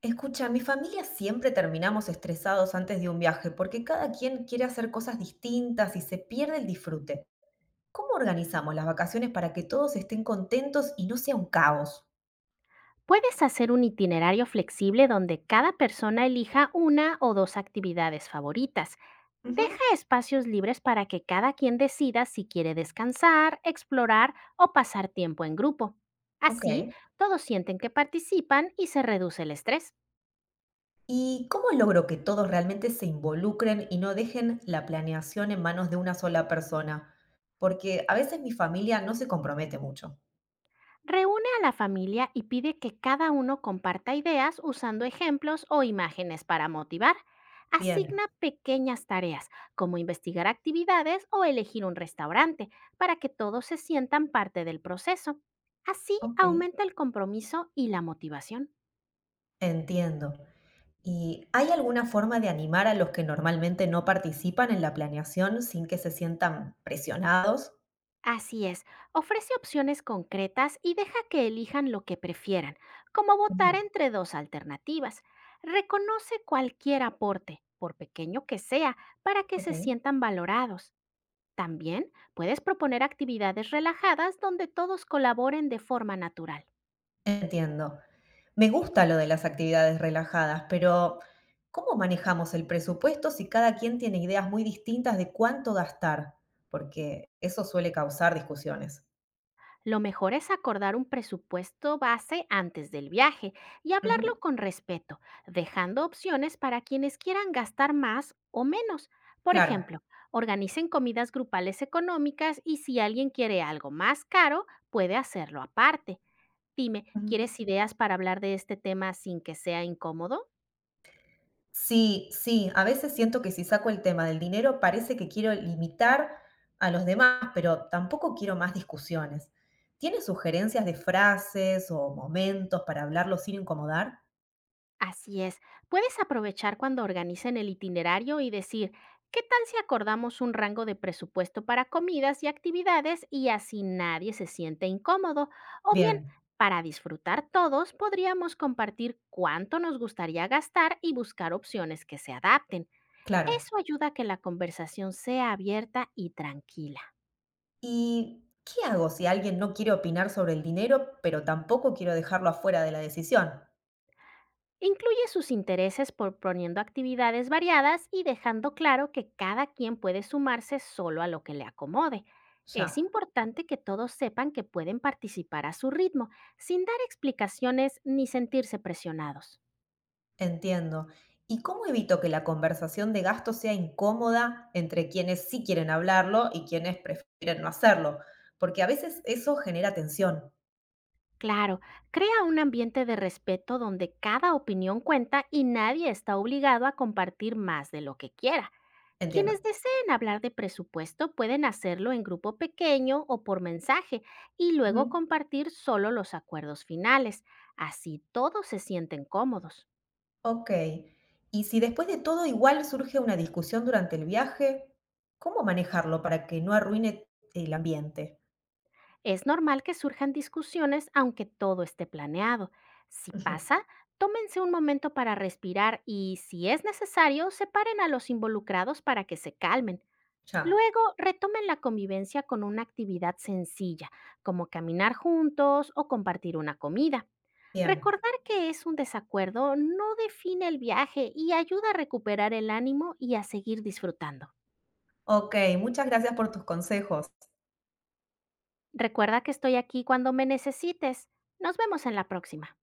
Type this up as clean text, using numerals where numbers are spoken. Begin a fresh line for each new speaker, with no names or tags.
Escucha, mi familia siempre terminamos estresados antes de un viaje porque cada quien quiere hacer cosas distintas y se pierde el disfrute. ¿Cómo organizamos las vacaciones para que todos estén contentos y no sea un caos?
Puedes hacer un itinerario flexible donde cada persona elija una o dos actividades favoritas.
Ujú,
Deja espacios libres para que cada quien decida si quiere descansar, explorar o pasar tiempo en grupo. Así,
ok.
todos sienten que participan y se reduce el estrés.
¿Y cómo logro que todos realmente se involucren y no dejen la planeación en manos de una sola persona? Porque a veces mi familia no se compromete mucho.
Reúne a la familia y pide que cada uno comparta ideas usando ejemplos o imágenes para motivar.
Bien,
Asigna pequeñas tareas, como investigar actividades o elegir un restaurante, para que todos se sientan parte del proceso. Así
ok,
aumenta el compromiso y la motivación.
entiendo. ¿Y hay alguna forma de animar a los que normalmente no participan en la planeación sin que se sientan presionados?
Así es, ofrece opciones concretas y deja que elijan lo que prefieran, como votar
Ujú,
entre dos alternativas. Reconoce cualquier aporte, por pequeño que sea, para que
ok,
se sientan valorados. También puedes proponer actividades relajadas donde todos colaboren de forma natural.
entiendo. Me gusta lo de las actividades relajadas, pero ¿cómo manejamos el presupuesto si cada quien tiene ideas muy distintas de cuánto gastar? Porque eso suele causar discusiones.
Lo mejor es acordar un presupuesto base antes del viaje y hablarlo
Ujú,
con respeto, dejando opciones para quienes quieran gastar más o menos. Por
claro.
ejemplo, organicen comidas grupales económicas y si alguien quiere algo más caro, puede hacerlo aparte. Dime,
Ujú.
¿quieres ideas para hablar de este tema sin que sea incómodo?
Sí, sí, a veces siento que si saco el tema del dinero parece que quiero limitar a los demás, pero tampoco quiero más discusiones. ¿Tienes sugerencias de frases o momentos para hablarlo sin incomodar?
Así es, puedes aprovechar cuando organicen el itinerario y decir, ¿qué tal si acordamos un rango de presupuesto para comidas y actividades y así nadie se siente incómodo? O bien,
Bien,
para disfrutar todos, podríamos compartir cuánto nos gustaría gastar y buscar opciones que se adapten.
claro.
Eso ayuda a que la conversación sea abierta y tranquila.
¿Y qué hago si alguien no quiere opinar sobre el dinero, pero tampoco quiero dejarlo afuera de la decisión?
Incluye sus intereses proponiendo actividades variadas y dejando claro que cada quien puede sumarse solo a lo que le acomode. Es
Ya.
importante que todos sepan que pueden participar a su ritmo, sin dar explicaciones ni sentirse presionados.
Entiendo. ¿Y cómo evito que la conversación de gasto sea incómoda entre quienes sí quieren hablarlo y quienes prefieren no hacerlo? Porque a veces eso genera tensión.
Claro, crea un ambiente de respeto donde cada opinión cuenta y nadie está obligado a compartir más de lo que quiera.
Entiendo.
Quienes deseen hablar de presupuesto pueden hacerlo en grupo pequeño o por mensaje y luego
Ujú.
compartir solo los acuerdos finales. Así todos se sienten cómodos.
Ok. Y si después de todo igual surge una discusión durante el viaje, ¿cómo manejarlo para que no arruine el ambiente?
Es normal que surjan discusiones aunque todo esté planeado. Si
Ujú.
pasa, tómense un momento para respirar y, si es necesario, separen a los involucrados para que se calmen.
Ya,
Luego retomen la convivencia con una actividad sencilla, como caminar juntos o compartir una comida.
bien.
Recordar que es un desacuerdo no define el viaje y ayuda a recuperar el ánimo y a seguir disfrutando.
Ok, muchas gracias por tus consejos.
Recuerda que estoy aquí cuando me necesites. Nos vemos en la próxima.